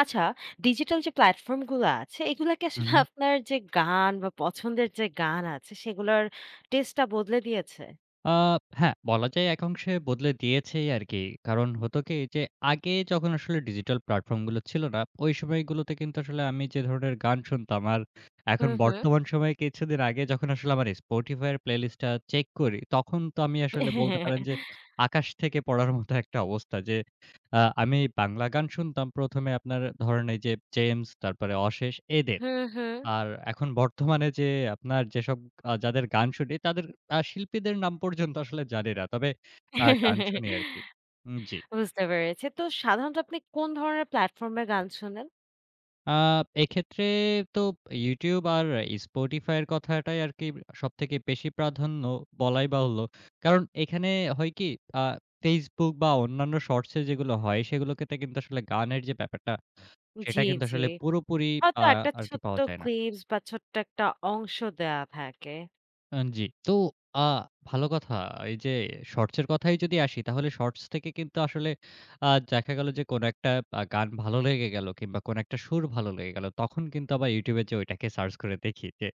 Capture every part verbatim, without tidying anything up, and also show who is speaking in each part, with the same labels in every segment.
Speaker 1: আচ্ছা, ডিজিটাল যে প্ল্যাটফর্ম গুলো আছে, এগুলা কি
Speaker 2: হুম,
Speaker 1: আসলে
Speaker 2: হুম।
Speaker 1: আপনার যে গান বা পছন্দের যে গান আছে, সেগুলার টেস্টটা বদলে দিয়েছে?
Speaker 2: আ হ্যাঁ, বলা যায় এক অংশে বদলে দিয়েছেই আরকি। কারণ হতো কি যে আগে যখন আসলে ডিজিটাল প্ল্যাটফর্ম গুলো ছিল না, ওই সময়গুলোতে কিন্তু আসলে আমি যে ধরনের গান শুনতাম আর এখন
Speaker 1: হুম, হুম।
Speaker 2: বর্তমান সময়ে কিছুদিন আগে যখন আসলে আমার Spotify এর প্লেলিস্ট টা চেক করি, তখন তো আমি আসলে বলতে পারেন যে আকাশ থেকে পড়ার মতো একটা অবস্থা যে আ আমি বাংলা গান শুনতাম প্রথম এ আপনার ধরেন এই যে 'জেমস' তারপরে 'অশেষ' এদের।
Speaker 1: হুম, হুম।
Speaker 2: আর এখন বর্তমানে যে আপনার যেসব আ যাদের গান শুনি তাদের আ শিল্পীদের নাম পর্যন্ত আসলে জানি না। তবে আ গান শুনি আরকি। উম জি।
Speaker 1: বুঝতে পেরেছি। তো সাধারণত আপনি কোন ধরনের প্ল্যাটফর্মে গান শোনেন?
Speaker 2: আ এক্ষেত্রে তো YouTube আর Spotify এর কথাটাই আরকি সবথেকে বেশি প্রাধান্য বলাই বাহুল্য। কারণ এখানে হয় কি আ Facebook বা অন্যান্য শর্টস এ যেগুলো হয় সেগুলোতে কিন্তু আসলে গানের যে ব্যাপারটা
Speaker 1: জি,
Speaker 2: সেটা কিন্তু
Speaker 1: জি।
Speaker 2: আসলে পুরোপুরি আ
Speaker 1: হয়তো একটা
Speaker 2: আরকি
Speaker 1: ছোট্ট
Speaker 2: পাওয়া যায় না।
Speaker 1: ক্লিপস বা ছোট্ট একটা অংশ দেয়া থাকে।
Speaker 2: আন জি। তো আ ভালো কথা। এই যে শর্টস এর কথায় যদি আসি তাহলে শর্টস থেকে কিন্তু আসলে আ দেখা গেল যে কোন একটা আ গান ভালো লেগে গেল কিংবা কোন একটা সুর ভালো লেগে গেল। তখন কিন্তু আবার YouTube এ যেয়ে ওইটাকে সার্চ করে দেখি যে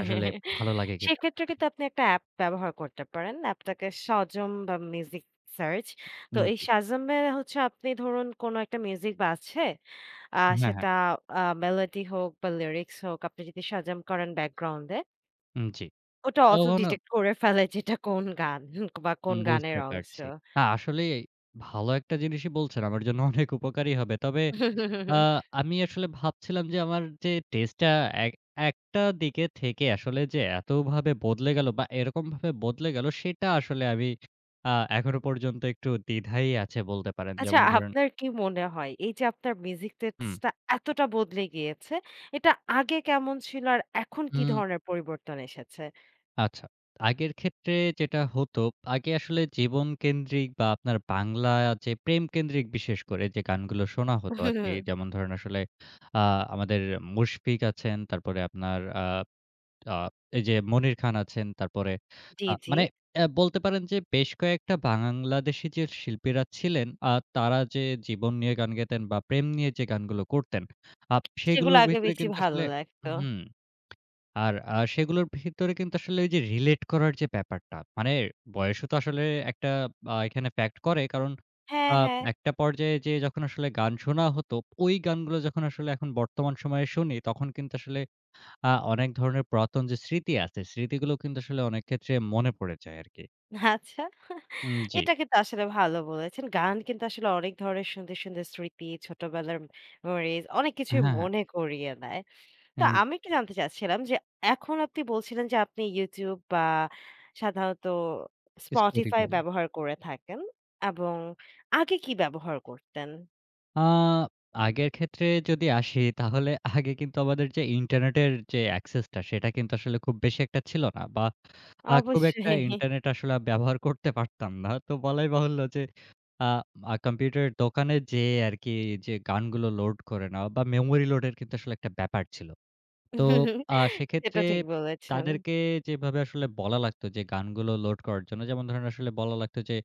Speaker 2: আসলে ভালো লাগে কিনা।
Speaker 1: সেক্ষেত্রে কিন্তু আপনি একটা অ্যাপ ব্যবহার করতে পারেন। অ্যাপটাকে সাজম বা মিউজিক সার্চ। তো
Speaker 2: উম
Speaker 1: এই
Speaker 2: জি।
Speaker 1: সাজেমে হচ্ছে আপনি ধরুন কোন একটা মিউজিক বাজছে। আ
Speaker 2: হ্যাঁ,
Speaker 1: সেটা
Speaker 2: হ্যাঁ।
Speaker 1: আ মেলোডি হোক বা লিরিক্স হোক আপনি যদি সাজেম করেন ব্যাকগ্রাউন্ডে
Speaker 2: উম জি।
Speaker 1: ওটা অটো
Speaker 2: তখন
Speaker 1: ডিটেক্ট করে ফেলে যে এটা কোন গান বা কোন গানের
Speaker 2: বুঝতে
Speaker 1: অংশ।
Speaker 2: পারছি। না আসলেই ভালো একটা জিনিসই বলছেন। আমার জন্য অনেক উপকারী হবে। তবে আ আমি আসলে ভাবছিলাম যে আমার যে টেস্টটা এক একটা দিকে থেকে আসলে যে এতভাবে বদলে গেল বা এরকমভাবে বদলে গেল সেটা আসলে আমি আ এখনো পর্যন্ত একটু দ্বিধায় আছে বলতে পারেন।
Speaker 1: আচ্ছা
Speaker 2: যেমন ধরেন
Speaker 1: আপনার কি মনে হয় এই যে আপনার মিউজিক
Speaker 2: হুম,
Speaker 1: টেস্টটা এতটা বদলে গিয়েছে, এটা আগে কেমন ছিল আর এখন কি
Speaker 2: হুম,
Speaker 1: ধরনের পরিবর্তন এসেছে?
Speaker 2: আচ্ছা। আগের ক্ষেত্রে যেটা হতো, আগে আসলে জীবনকেন্দ্রিক বা আপনার বাংলা যে প্রেমকেন্দ্রিক বিশেষ করে যে গানগুলো শোনা হতো
Speaker 1: হুম,
Speaker 2: আরকি। যেমন ধরেন আসলে আ আমাদের মুশফিক আছেন, তারপরে আপনার আ আ এই যে মনির খান আছেন, তারপরে
Speaker 1: জি,
Speaker 2: আ
Speaker 1: জি।
Speaker 2: মানে অ্যা বলতে পারেন যে বেশ কয়েকটা বাংলাদেশী যে শিল্পীরা ছিলেন, আ তারা যে জীবন নিয়ে গান গেতেন বা প্রেম নিয়ে যে গানগুলো করতেন, আপ
Speaker 1: সেগুলো
Speaker 2: সেগুলোর
Speaker 1: আগে
Speaker 2: ভিতরে
Speaker 1: বেশি
Speaker 2: কিন্তু
Speaker 1: ভালো
Speaker 2: আসলে
Speaker 1: লাগতো।
Speaker 2: হুম, আর আ সেগুলোর ভিতরে কিন্তু আসলে ওই যে রিলেট করার যে ব্যাপারটা, মানে বয়সও তো আসলে একটা আ এখানে ফ্যাক্ট করে। কারণ
Speaker 1: হ্যাঁ,
Speaker 2: আ
Speaker 1: হ্যাঁ।
Speaker 2: একটা পর্যায়ে যেয়ে যখন আসলে গান শোনা হতো, ওই গানগুলো যখন আসলে এখন বর্তমান সময়ে শুনি, তখন কিন্তু আসলে আ অনেক ধরনের পুরাতন যে স্মৃতি আছে, স্মৃতিগুলো কিন্তু আসলে অনেক ক্ষেত্রে মনে পড়ে যায় আরকি।
Speaker 1: আচ্ছা।
Speaker 2: উম জি।
Speaker 1: এটা কিন্তু আসলে ভালো বলেছেন। গান কিন্তু আসলে অনেক ধরনের সুন্দর, সুন্দর স্মৃতি, ছোটবেলার মেমোরিজ অনেক কিছুই
Speaker 2: হ্যাঁ, হ্যাঁ।
Speaker 1: মনে করিয়ে দেয়। তো
Speaker 2: এন
Speaker 1: আমি একটু জানতে চাচ্ছিলাম যে এখন আপনি বলছিলেন যে আপনি YouTube বা সাধারণত Spotify
Speaker 2: Spotify।
Speaker 1: ব্যবহার করে থাকেন এবং আগে কি ব্যবহার করতেন?
Speaker 2: আ আগের ক্ষেত্রে যদি আসি তাহলে আগে কিন্তু আমাদের যে ইন্টারনেটের যে access টা সেটা কিন্তু আসলে খুব বেশি একটা ছিল না বা আ খুব একটা
Speaker 1: অবশ্যই।
Speaker 2: ইন্টারনেট আসলে ব্যবহার করতে পারতাম না। তো বলাই বাহুল্য যে আ আ কম্পিউটারের দোকানে যেয়ে আরকি যে গানগুলো লোড করে নেওয়া বা মেমোরি লোডের কিন্তু আসলে একটা ব্যাপার ছিল। তো আ সেক্ষেত্রে
Speaker 1: সেটা ঠিক বলেছেন।
Speaker 2: তাদেরকে যেভাবে আসলে বলা লাগতো যে গানগুলো লোড করার জন্য, যেমন ধরেন আসলে বলা লাগতো যে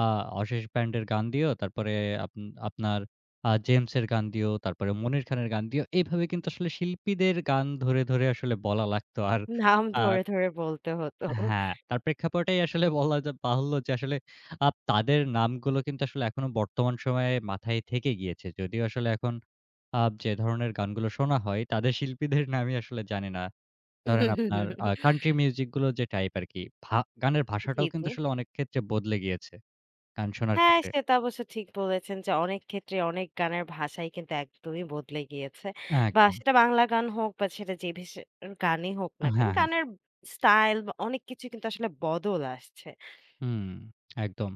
Speaker 2: আ অশেষ ব্যান্ডের গান দিও, তারপরে আপ আপনার আ জেমসের গান দিও, তারপরে মনির খানের গান দিও। এইভাবে কিন্তু আসলে শিল্পীদের গান ধরে, ধরে আসলে বলা লাগতো। আর
Speaker 1: নাম
Speaker 2: আ
Speaker 1: ধরে, ধরে বলতে হতো।
Speaker 2: হ্যাঁ, তার প্রেক্ষাপটেই আসলে বলা যা বাহুল্য যে আসলে আ তাদের নামগুলো কিন্তু আসলে এখনো বর্তমান সময়ে মাথায় থেকে গিয়েছে। যদিও আসলে এখন আ যে ধরনের গানগুলো শোনা হয়, তাদের শিল্পীদের নামই আসলে জানি না। ধরেন আপনার আ কান্ট্রি মিউজিক গুলো যে টাইপ আরকি, ভা গানের
Speaker 1: জি,
Speaker 2: ভাষাটাও কিন্তু
Speaker 1: জি।
Speaker 2: আসলে অনেক ক্ষেত্রে বদলে গিয়েছে, গান শোনার
Speaker 1: হ্যাঁ,
Speaker 2: ক্ষেত্রে।
Speaker 1: সেটা অবশ্য ঠিক বলেছেন যে অনেক ক্ষেত্রে অনেক গানের ভাষাই কিন্তু একদমই বদলে গিয়েছে।
Speaker 2: হ্যাঁ,
Speaker 1: বা
Speaker 2: একদম।
Speaker 1: সেটা বাংলা গান হোক বা সেটা যে ভেষে গানই হোক না কেন,
Speaker 2: হ্যাঁ, হ্যাঁ।
Speaker 1: গানের স্টাইল বা অনেক কিছু কিন্তু আসলে বদল আসছে।
Speaker 2: হুম, একদম।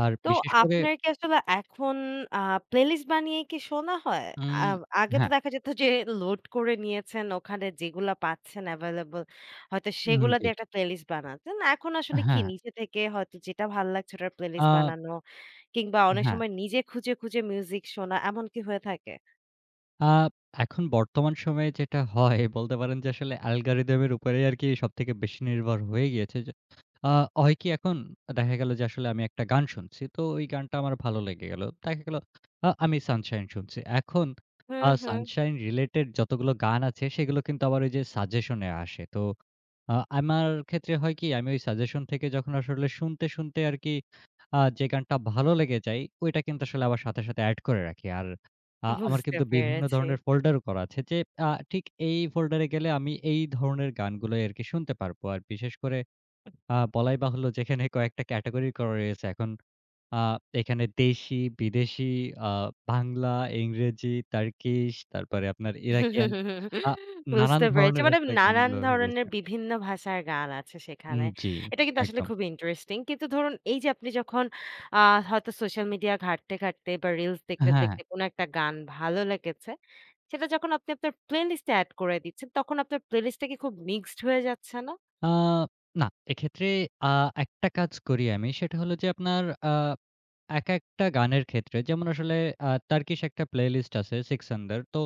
Speaker 2: আর
Speaker 1: তো
Speaker 2: বিশেষ করে
Speaker 1: আপনার কি আসলে এখন আ প্লেলিস্ট বানিয়ে কি শোনা হয়? আ
Speaker 2: উম
Speaker 1: আগে তো
Speaker 2: হ্যাঁ,
Speaker 1: দেখা যেত যে লোড করে নিয়েছেন, ওখানে যেগুলা পাচ্ছেন এভেইলেবল হয়তো
Speaker 2: উম
Speaker 1: সেগুলা
Speaker 2: জি।
Speaker 1: দিয়ে একটা প্লেলিস্ট বানাতেন। এখন আসলে কি
Speaker 2: হ্যাঁ,
Speaker 1: নিজে থেকে হয়তো যেটা ভাল লাগছে ওটার প্লেলিস্ট
Speaker 2: আ
Speaker 1: বানানো কিংবা অনেক
Speaker 2: হ্যাঁ।
Speaker 1: সময় নিজে খুঁজে, খুঁজে মিউজিক শোনা এমন কি হয়ে থাকে?
Speaker 2: আ এখন বর্তমান সময়ে যেটা হয় বলতে পারেন যে আসলে অ্যালগরিদম এর উপরেই আরকি সবথেকে বেশি নির্ভর হয়ে গিয়েছে। যে আ হয় কি এখন দেখা গেল যে আসলে আমি একটা গান শুনছি। তো ওই গানটা আমার ভালো লেগে গেল। দেখা গেল আ আমি 'Sunshine' শুনছি। এখন
Speaker 1: হুম,
Speaker 2: আ
Speaker 1: হুম।
Speaker 2: 'Sunshine' রিলেটেড যতগুলো গান আছে সেগুলো কিন্তু আবার ওই যে সাজেশন এ আসে। তো আ আমার ক্ষেত্রে হয় কি আমি ওই সাজেশন থেকে যখন আসলে শুনতে, শুনতে আরকি আ যে গানটা ভালো লেগে যায় ওইটা কিন্তু আসলে আবার সাথে, সাথে এড করে রাখি। আর আ আমার
Speaker 1: বুঝতে
Speaker 2: কিন্তু বিভিন্ন
Speaker 1: পেরেছি।
Speaker 2: ধরনের ফোল্ডারও করা আছে যে আ ঠিক এই ফোল্ডারে গেলে আমি এই ধরনের গানগুলোই আরকি শুনতে পারবো। আর বিশেষ করে আ বলাই বাহুল্য যেখানে কয়েকটা ক্যাটেগরি করা রয়েছে এখন আ এখানে দেশি, বিদেশি, আ বাংলা, ইংরেজি, টার্কিশ তারপরে আপনার ইরাকিয়ান আ নানান
Speaker 1: বুঝতে পেরেছি।
Speaker 2: ধরনের
Speaker 1: মানে
Speaker 2: আসলে
Speaker 1: নানান
Speaker 2: গানগুলো হয়ে গেছে।
Speaker 1: ধরনের বিভিন্ন ভাষার গান আছে সেখানে।
Speaker 2: উম জি,
Speaker 1: এটা কিন্তু আসলে
Speaker 2: একদম।
Speaker 1: খুবই ইন্টারেস্টিং। কিন্তু ধরুন এই যে আপনি যখন আ হয়তো সোশ্যাল মিডিয়া ঘাঁটতে, ঘাঁটতে বা রিলস দেখতে,
Speaker 2: হ্যাঁ,
Speaker 1: দেখতে কোন একটা গান ভালো লেগেছে, সেটা যখন আপনি আপনার প্লেলিস্ট এ এড করে দিচ্ছেন, তখন আপনার প্লেলিস্টটা কি খুব মিক্সড হয়ে যাচ্ছে না?
Speaker 2: আ না, এক্ষেত্রে আ একটা কাজ করি আমি। সেটা হলো যে আপনার আ একেকটা গানের ক্ষেত্রে যেমন আসলে আ টার্কিশ একটা প্লেলিস্ট আছে 'Six Under' তো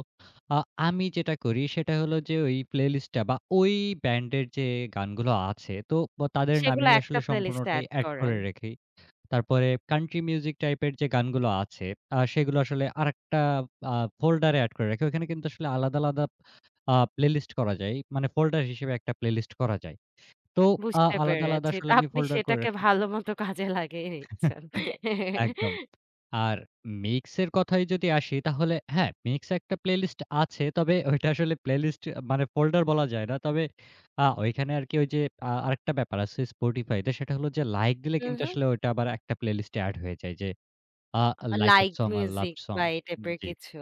Speaker 2: আ আমি যেটা করি সেটা হলো যে ওই প্লেলিস্টটা বা ওই ব্যান্ডের যে গানগুলো আছে তো তাদের
Speaker 1: সেগুলো
Speaker 2: নামেই
Speaker 1: একটা
Speaker 2: আসলে
Speaker 1: প্লেলিস্টে
Speaker 2: সম্পূর্ণটাই
Speaker 1: এড
Speaker 2: এড করে
Speaker 1: করেন।
Speaker 2: রাখি। তারপরে কান্ট্রি মিউজিক টাইপের যে গানগুলো আছে, আ সেগুলো আসলে আরেকটা আ ফোল্ডারে এড করে রাখি। ওখানে কিন্তু আসলে আলাদা, আলাদা আ প্লেলিস্ট করা যায়। মানে ফোল্ডার হিসেবে একটা প্লেলিস্ট করা যায়। তো আ
Speaker 1: বুঝতে
Speaker 2: আলাদা, আলাদা
Speaker 1: পেরেছি। তো
Speaker 2: আসলে আমি
Speaker 1: আপনি
Speaker 2: ফোল্ডার করে
Speaker 1: সেটাকে
Speaker 2: রাখি
Speaker 1: ভালোমতো কাজে লাগিয়ে নিচ্ছেন।
Speaker 2: একদম। আর মিক্স এর কথায় যদি আসি তাহলে হ্যাঁ, মিক্স একটা প্লেলিস্ট আছে। তবে ওইটা আসলে প্লেলিস্ট মানে ফোল্ডার বলা যায় না। তবে আ ওইখানে আরকি ওই যে আ আরেকটা ব্যাপার আছে Spotify তে সেটা হলো যে লাইক দিলে
Speaker 1: হুম,
Speaker 2: কিন্তু
Speaker 1: হুম।
Speaker 2: আসলে ওইটা আবার একটা প্লেলিস্ট এ এড হয়ে যায়। যে আ লাইক এট
Speaker 1: লাইট
Speaker 2: সং আর
Speaker 1: মিউজিক
Speaker 2: লাভড সং।
Speaker 1: বা এই টাইপের
Speaker 2: জি,
Speaker 1: কিছু।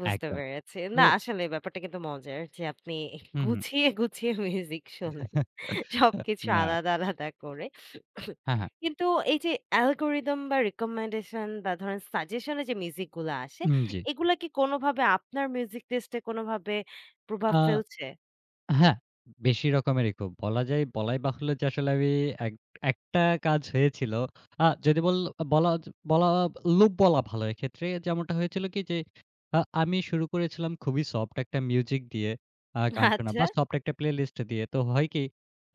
Speaker 1: বুঝতে
Speaker 2: একদম।
Speaker 1: পেরেছি।
Speaker 2: তো
Speaker 1: না আসলে ব্যাপারটা কিন্তু মজার যে আপনি
Speaker 2: হুম, হুম।
Speaker 1: গুছিয়ে, গুছিয়ে মিউজিক শোনেন। সবকিছু
Speaker 2: না।
Speaker 1: আলাদা, আলাদা করে।
Speaker 2: হ্যাঁ, হ্যাঁ।
Speaker 1: কিন্তু এই যে অ্যালগরিদম বা রিকমেন্ডেশন বা ধরেন সাজেশন এ যে মিউজিক গুলা আসে,
Speaker 2: উম জি।
Speaker 1: এগুলা কি কোনোভাবে আপনার মিউজিক টেস্ট এ কোনোভাবে প্রভাব
Speaker 2: আ
Speaker 1: ফেলছে?
Speaker 2: হ্যাঁ, বেশি রকমেরই খুব। বলা যায় বলাই বাহুল্য যে আসলে আমি এক একটা কাজ হয়েছিল। আ যদি বল বলা বলা লোভ বলা ভালো। এক্ষেত্রে যেমনটা হয়েছিল কি যে আ আমি শুরু করেছিলাম খুবই সফট একটা মিউজিক দিয়ে আ গান শোনা
Speaker 1: আচ্ছা,
Speaker 2: বা সফট একটা প্লেলিস্ট দিয়ে। তো হয় কি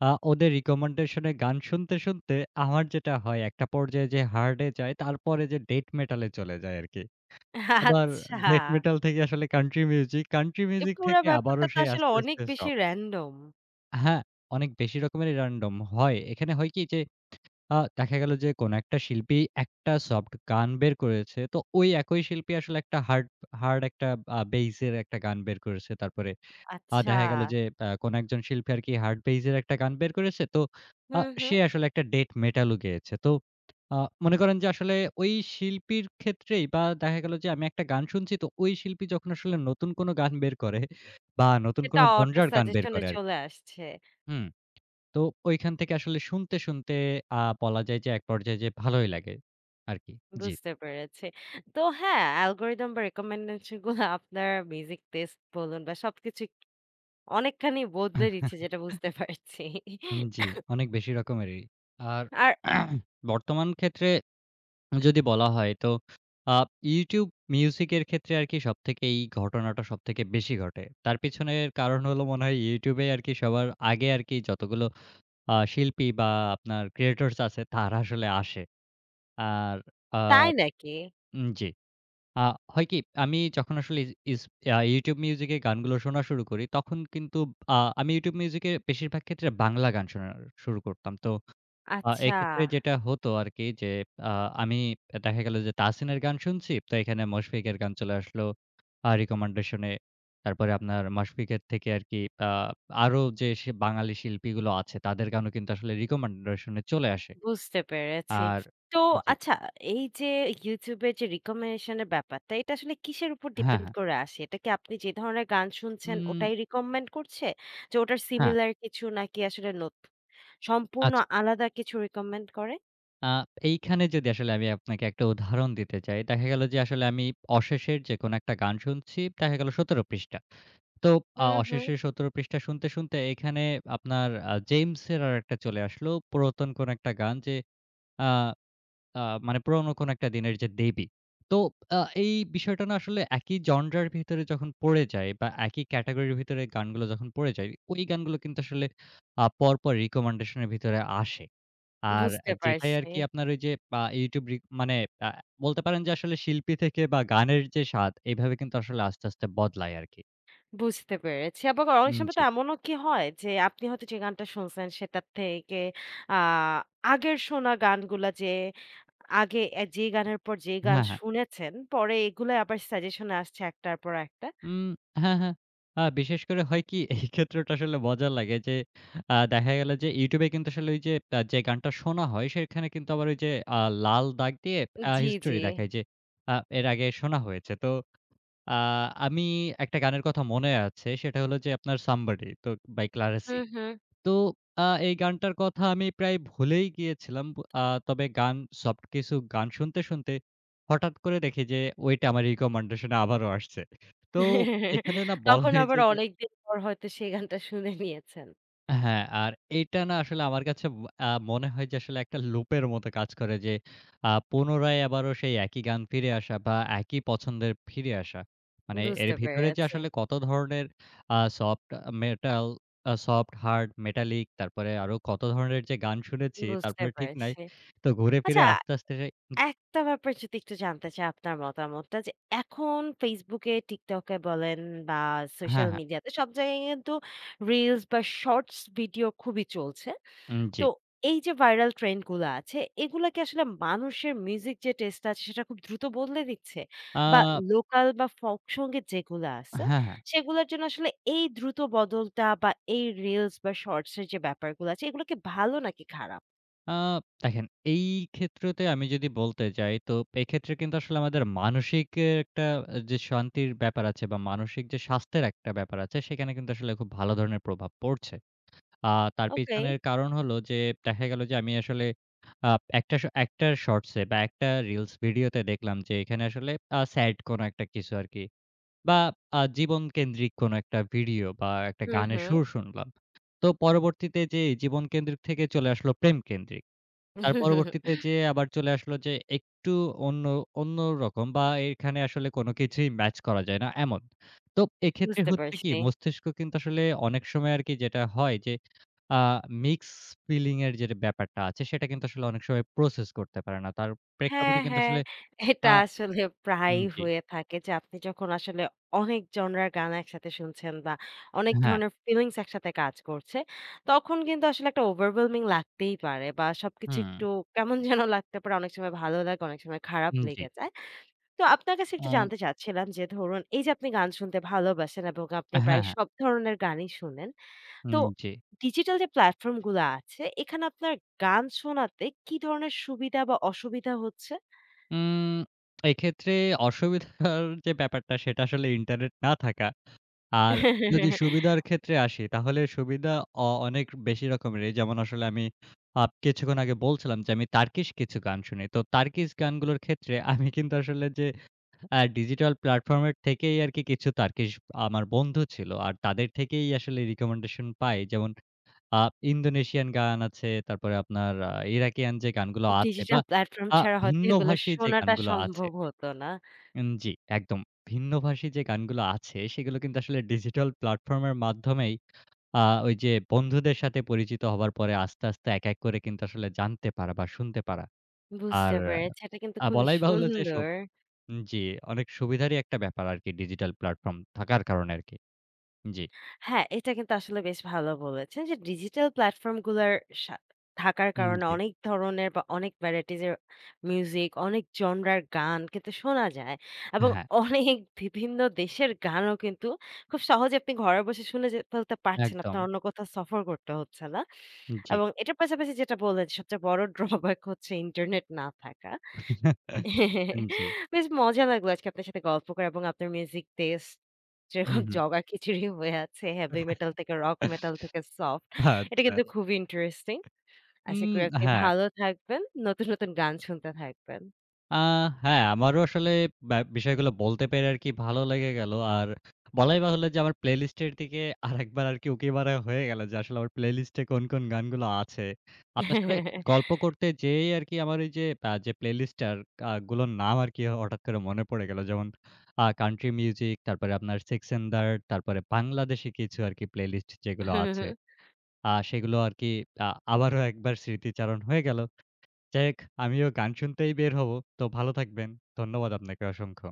Speaker 2: আ ওদের রিকমেন্ডেশন এ গান শুনতে, শুনতে আমার যেটা হয় একটা পর্যায়ে যে হার্ড এ যায় তারপরে যে ডেথ মেটাল এ চলে যায় আরকি। আবার
Speaker 1: আচ্ছা।
Speaker 2: ডেথ মেটাল থেকে আসলে কান্ট্রি মিউজিক, কান্ট্রি
Speaker 1: এ
Speaker 2: মিউজিক
Speaker 1: পুরা
Speaker 2: থেকে আবারও
Speaker 1: ব্যাপারটা তো
Speaker 2: সেই
Speaker 1: আসলে
Speaker 2: আস্তে,
Speaker 1: অনেক
Speaker 2: আস্তে
Speaker 1: বেশি
Speaker 2: সফট।
Speaker 1: র‍্যান্ডম।
Speaker 2: হ্যাঁ, অনেক বেশি রকমেরই random হয়। এখানে হয় কি যে, আ দেখা গেল যে কোনো একটা শিল্পী একটা সফট গান বের করেছে। তো ওই একই শিল্পী আসলে একটা হার্ড হার্ড একটা আ বেইজ এর একটা গান বের করেছে। তারপরে আ
Speaker 1: আচ্ছা।
Speaker 2: দেখা গেল যে আ কোনো একজন শিল্পী আরকি হার্ড বেইজ এর একটা গান বের করেছে। তো আ
Speaker 1: হুম,
Speaker 2: সে
Speaker 1: হুম।
Speaker 2: আসলে একটা ডেথ মেটাল ও গেয়েছে। তো আ মনে করেন যে আসলে ওই শিল্পীর ক্ষেত্রেই বা দেখা গেল যে আমি একটা গান শুনছি তো ওই শিল্পী যখন আসলে নতুন কোনো গান বের করে বা নতুন
Speaker 1: সেটা
Speaker 2: কোনো
Speaker 1: অটো
Speaker 2: জনরার গান বের
Speaker 1: সাজেশনে
Speaker 2: করে আরকি।
Speaker 1: চলে আসছে।
Speaker 2: হুম। তো ঐখান থেকে আসলে শুনতে, শুনতে আ বলা যায় যে এক পর্যায়ে যে ভালোই লাগে আরকি। জি।
Speaker 1: বুঝতে পেরেছি। তো হ্যাঁ, অ্যালগরিদম বা রিকমেন্ডেশন গুলো আপনার মিউজিক টেস্ট বলুন বা সবকিছু অনেকখানি বদলে দিচ্ছে যেটা বুঝতে পারছি।
Speaker 2: জি, অনেক বেশি রকমেরই। আর
Speaker 1: আর
Speaker 2: বর্তমান ক্ষেত্রে যদি বলা হয় তো আ YouTube Music এর ক্ষেত্রে আরকি সবথেকে এই ঘটনাটা সবথেকে বেশি ঘটে। তার পিছনের কারণ হলো মনে হয় YouTube এ আরকি সবার আগে আরকি যতগুলো আ শিল্পী বা আপনার creators আছে তারা আসলে আসে। আর আ
Speaker 1: তাই নাকি?
Speaker 2: উম জি। আ হয় কি? আমি যখন আসলে ইস আ YouTube Music এ গানগুলো শোনা শুরু করি, তখন কিন্তু আ আমি YouTube Music এ বেশিরভাগ ক্ষেত্রে বাংলা গান শোনা শুরু করতাম। তো আ
Speaker 1: আচ্ছা।
Speaker 2: এক্ষেত্রে যেটা হতো আরকি যে, আ আমি দেখা গেল যে, তাহসিনের গান শুনছি, তো এখানে মশফিকের গান চলে আসলো আ recommendation এ। তারপরে আপনার মশফিকের থেকে আরকি আ আরো যে, সে বাঙালি শিল্পীগুলো আছে, তাদের গানও কিন্তু আসলে recommendation এ চলে আসে।
Speaker 1: বুঝতে পেরেছি।
Speaker 2: আর
Speaker 1: তো
Speaker 2: জি।
Speaker 1: আচ্ছা এই যে YouTube এর যে রিকমেন্ডেশন এর ব্যাপারটা এটা আসলে কিসের উপর
Speaker 2: হ্যাঁ,
Speaker 1: ডিপেন্ড
Speaker 2: হ্যাঁ।
Speaker 1: করে আসে? এটা কি আপনি যে ধরনের গান শুনছেন
Speaker 2: উম
Speaker 1: ওটাই রিকমেন্ড করছে? যে ওটার
Speaker 2: হ্যাঁ।
Speaker 1: সিমিলার কিছু নাকি আসলে নত সম্পূর্ণ
Speaker 2: আচ্ছা।
Speaker 1: আলাদা কিছু রিকমেন্ড করে?
Speaker 2: আ এইখানে যদি আসলে আমি আপনাকে একটা উদাহরণ দিতে চাই, দেখা গেল যে আসলে আমি 'অশেষের' যেকোনো একটা গান শুনছি, দেখা গেল সতেরো পৃষ্ঠা। তো আ
Speaker 1: হুম, হুম।
Speaker 2: 'অশেষের' সতেরো পৃষ্ঠা শুনতে, শুনতে এখানে আপনার আ 'জেমসের' আরেকটা চলে আসলো। পুরাতন কোন একটা গান যে আ আ মানে পুরনো কোন একটা দিনের যে দেবী। তো আ এই বিষয়টা না আসলে একই জনরার ভিতরে যখন পড়ে যায় বা একই ক্যাটেগরির ভিতরে গানগুলো যখন পড়ে যায়, ওই গানগুলো কিন্তু আসলে আ পরপর রিকমেন্ডেশন এর ভিতরে আসে। আর
Speaker 1: বুঝতে
Speaker 2: যেটাই
Speaker 1: পারছি,
Speaker 2: আরকি আপনার ওই যে আ YouTube রি মানে আ বলতে পারেন যে আসলে শিল্পী থেকে বা গানের যে স্বাদ এভাবে কিন্তু আসলে আস্তে, আস্তে বদলায় আরকি।
Speaker 1: বুঝতে পেরেছি। আবার অনেক
Speaker 2: উম
Speaker 1: সময়
Speaker 2: জি।
Speaker 1: তো এমনও কি হয় যে আপনি হয়তো যে গানটা শুনছেন সেটার থেকে আ আগের শোনা গানগুলা যে আগে অ্যা যে গানের পর যে গান
Speaker 2: হ্যাঁ, হ্যাঁ।
Speaker 1: শুনেছেন, পরে এগুলাই আবার সাজেশনে আসছে একটার পর একটা।
Speaker 2: উম হ্যাঁ, হ্যাঁ। আ বিশেষ করে হয় কি এই ক্ষেত্রটা আসলে মজার লাগে যে আ দেখা গেল যে YouTube এ কিন্তু আসলে ওই যে আ যে গানটা শোনা হয় সেখানে কিন্তু আবার ওই যে আ লাল দাগ দিয়ে আ
Speaker 1: জি, জি।
Speaker 2: হিস্টরি দেখায় যে আ এর আগে শোনা হয়েছে। তো আ আমি একটা গানের কথা মনে আছে সেটা হলো যে আপনার 'Somebody' তো by Clara C।
Speaker 1: হুম, হুম।
Speaker 2: তো আ এই গানটার কথা আমি প্রায় ভুলেই গিয়েছিলাম। ব আ তবে গান সফট কিছু গান শুনতে, শুনতে হঠাৎ করে দেখি যে ওইটা আমার রিকমেন্ডেশন এ আবারও আসছে। তো এখানে না
Speaker 1: তখন
Speaker 2: বলাই
Speaker 1: আবার
Speaker 2: যায় যে
Speaker 1: অনেকদিন পর হয়তো সেই গানটা শুনে নিয়েছেন।
Speaker 2: হ্যাঁ, আর এইটা না আসলে আমার কাছে ব আ মনে হয় যে আসলে একটা লুপের মতো কাজ করে যে আ পুনরায় আবারও সেই একই গান ফিরে আসা বা একই পছন্দের ফিরে আসা। মানে এর
Speaker 1: বুঝতে
Speaker 2: ভিতরে যে
Speaker 1: পেরেছি,
Speaker 2: আসলে কত ধরনের আ সফট মেটাল, আ সফট, হার্ড, মেটালিক তারপরে আরো কত ধরনের যে গান শুনেছি
Speaker 1: বুঝতে
Speaker 2: তারপরে ঠিক নাই।
Speaker 1: পারছি।
Speaker 2: তো ঘুরে ফিরে
Speaker 1: আচ্ছা,
Speaker 2: আস্তে, আস্তে সে-
Speaker 1: একটা ব্যাপার যদি একটু জানতে চাই আপনার মতামতটা যে, এখন Facebook এ, TikTok এ বলেন বা
Speaker 2: হ্যাঁ,
Speaker 1: সোশ্যাল
Speaker 2: হ্যাঁ।
Speaker 1: মিডিয়াতে সব জায়গায় কিন্তু রিলস বা শর্টস ভিডিও খুবই চলছে।
Speaker 2: উম জি।
Speaker 1: তো এই যে ভাইরাল ট্রেন্ড গুলো আছে, এগুলা কি আসলে মানুষের মিউজিক যে টেস্ট আছে সেটা খুব দ্রুত বদলে দিচ্ছে? বা
Speaker 2: আ
Speaker 1: লোকাল বা ফোক সংগীত যেগুলা আছে,
Speaker 2: হ্যাঁ, হ্যাঁ।
Speaker 1: সেগুলার জন্য আসলে এই দ্রুত বদলটা বা এই রিলস বা শর্টস এর যে ব্যাপারগুলো আছে, এগুলো কি ভালো নাকি খারাপ?
Speaker 2: আ দেখেন এই ক্ষেত্রতে আমি যদি বলতে যাই, তো এক্ষেত্রে কিন্তু আসলে আমাদের মানসিক এ একটা যে শান্তির ব্যাপার আছে বা মানসিক যে স্বাস্থ্যের একটা ব্যাপার আছে, সেখানে কিন্তু আসলে খুব ভালো ধরনের প্রভাব পড়ছে। আ তার
Speaker 1: ওকে।
Speaker 2: পেছনের কারণ হলো যে দেখা গেল যে আমি আসলে আ একটা স একটা শর্টস এ বা একটা রিলস ভিডিওতে দেখলাম যে এখানে আসলে আ স্যাড কোনো একটা কিছু আরকি বা আ জীবনকেন্দ্রিক কোনো একটা ভিডিও বা একটা
Speaker 1: হুম,
Speaker 2: গানের
Speaker 1: হুম।
Speaker 2: সুর শুনলাম। তো পরবর্তীতে যে জীবনকেন্দ্রিক থেকে চলে আসলো প্রেমকেন্দ্রিক। তার পরবর্তীতে যেয়ে আবার চলে আসলো যে একটু অন্য অন্যরকম বা এখানে আসলে কোনো কিছুই ম্যাচ করা যায় না এমন। তো এক্ষেত্রে
Speaker 1: বুঝতে
Speaker 2: হচ্ছে কি
Speaker 1: পারছি।
Speaker 2: মস্তিষ্ক কিন্তু আসলে অনেক সময় আরকি যেটা হয় যে আ মিক্স ফিলিং এর যে ব্যাপারটা আছে সেটা কিন্তু আসলে অনেক সময় প্রসেস করতে পারে না। তার
Speaker 1: হ্যাঁ,
Speaker 2: প্রেক্ষাপটে কিন্তু
Speaker 1: হ্যাঁ।
Speaker 2: আসলে আ
Speaker 1: এটা আসলে
Speaker 2: উম
Speaker 1: প্রায়ই
Speaker 2: জি।
Speaker 1: হয়ে থাকে যে আপনি যখন আসলে অনেক জনরার গান একসাথে শুনছেন বা অনেক
Speaker 2: হ্যাঁ,
Speaker 1: ধরনের ফিলিংস একসাথে কাজ করছে, তখন কিন্তু আসলে একটা overwhelming লাগতেই পারে বা সবকিছু
Speaker 2: হুম,
Speaker 1: একটু কেমন যেন লাগতে পারে। অনেক সময় ভালো লাগে, অনেক সময় খারাপ
Speaker 2: উম জি।
Speaker 1: লেগে যায়। তো আপনার কাছে একটু
Speaker 2: উম
Speaker 1: জানতে চাচ্ছিলাম যে ধরুন এই যে আপনি গান শুনতে ভালোবাসেন এবং আপনি
Speaker 2: হ্যাঁ,
Speaker 1: প্রায়
Speaker 2: হ্যাঁ,
Speaker 1: সব ধরনের গানই শোনেন। তো
Speaker 2: উম জি।
Speaker 1: ডিজিটাল যে প্ল্যাটফর্ম গুলো আছে, এখানে আপনার গান শোনাতে কি ধরনের সুবিধা বা অসুবিধা হচ্ছে?
Speaker 2: উম এক্ষেত্রে অসুবিধার যে ব্যাপারটা সেটা আসলে ইন্টারনেট না থাকা আর যদি সুবিধার ক্ষেত্রে আসি, তাহলে সুবিধা অ অনেক বেশি রকমেরই। যেমন আসলে আমি আ কিছুক্ষণ আগে বলছিলাম যে আমি টার্কিশ কিছু গান শুনি। তো টার্কিশ গানগুলোর ক্ষেত্রে আমি কিন্তু আসলে যে আ ডিজিটাল প্ল্যাটফর্ম এর থেকেই আরকি কিছু টার্কিশ আমার বন্ধু ছিল। আর তাদের থেকেই আসলে রিকমেন্ডেশন পাই। যেমন আ ইন্দোনেশিয়ান গান আছে, তারপরে আপনার আ ইরাকিয়ান যে গানগুলো আছে বা
Speaker 1: ডিজিটাল প্ল্যাটফর্ম
Speaker 2: আ
Speaker 1: ছাড়া হয়তো এগুলো
Speaker 2: ভিন্নভাষী যে
Speaker 1: শোনাটা
Speaker 2: গানগুলো আছে
Speaker 1: সম্ভব হতো না।
Speaker 2: উম জি, একদম। ভিন্নভাষী যে গানগুলো আছে, সেগুলো কিন্তু আসলে ডিজিটাল প্ল্যাটফর্মের মাধ্যমেই আ ওই যে বন্ধুদের সাথে পরিচিত হবার পরে আস্তে, আস্তে এক, এক করে কিন্তু আসলে জানতে পারা বা শুনতে পারা। আর
Speaker 1: বুঝতে পেরেছি। এটা কিন্তু
Speaker 2: আ
Speaker 1: খুবই
Speaker 2: বলাই বাহুল্য যে সব
Speaker 1: সুন্দর।
Speaker 2: উম, জি, অনেক সুবিধারই একটা ব্যাপার আরকি ডিজিটাল প্ল্যাটফর্ম থাকার কারণে আরকি। জি,
Speaker 1: হ্যাঁ, এটা কিন্তু আসলে বেশ ভালো বলেছেন যে ডিজিটাল প্ল্যাটফর্ম গুলার সা থাকার
Speaker 2: উম
Speaker 1: কারণে
Speaker 2: জি,
Speaker 1: অনেক ধরনের বা অনেক ভ্যারাইটিজ এর মিউজিক, অনেক জনরার গান কিন্তু শোনা যায়। এবং
Speaker 2: হ্যাঁ,
Speaker 1: অনেক বিভিন্ন দেশের গানও কিন্তু খুব সহজে আপনি ঘরে বসে শুনে যে ফেলতে পারছেন।
Speaker 2: একদম।
Speaker 1: আপনার অন্য কোথাও সফর করতে হচ্ছে না।
Speaker 2: জি।
Speaker 1: এবং এটার পাশাপাশি যেটা বললেন সবচেয়ে বড় ড্রব্যাক হচ্ছে ইন্টারনেট না থাকা।
Speaker 2: জি।
Speaker 1: বেশ মজা লাগলো আজকে আপনার সাথে গল্প করে এবং আপনার মিউজিক টেস্ট
Speaker 2: হুম,
Speaker 1: যেরকম
Speaker 2: হুম।
Speaker 1: জগা খিচুড়ি হয়ে আছে, হেভি মেটাল থেকে রক মেটাল থেকে সফট। এটা
Speaker 2: আচ্ছা।
Speaker 1: কিন্তু খুবই ইন্টারেস্টিং। আশা
Speaker 2: উম
Speaker 1: করি আপনি
Speaker 2: হ্যাঁ।
Speaker 1: ভালো থাকবেন। নতুন, নতুন গান শুনতে থাকবেন।
Speaker 2: আ হ্যাঁ, আমারও আসলে ব্যা বিষয়গুলো বলতে পেরে আরকি ভালো লেগে গেল। আর বলাই বাহুল্য যে আমার প্লেলিস্ট এর দিকে আরেকবার আরকি উঁকি মারা হয়ে গেল যে আসলে আমার প্লেলিস্টে কোন, কোন গানগুলো আছে। আপনার সাথে গল্প করতে যেয়েই আরকি আমার ওই যে আ যে প্লেলিস্ট আর আ গুলোর নাম আরকি হঠাৎ করে মনে পড়ে গেল। যেমন আ কান্ট্রি মিউজিক, তারপরে আপনার সেক্সেনদার, তারপরে বাংলাদেশী কিছু আরকি প্লেলিস্ট যেগুলো আছে। আ সেগুলো আরকি আ আবারও একবার স্মৃতিচারণ হয়ে গেল। যাই হোক, আমিও গান শুনতেই বের হব। তো ভালো থাকবেন। ধন্যবাদ আপনাকে অসংখ্য।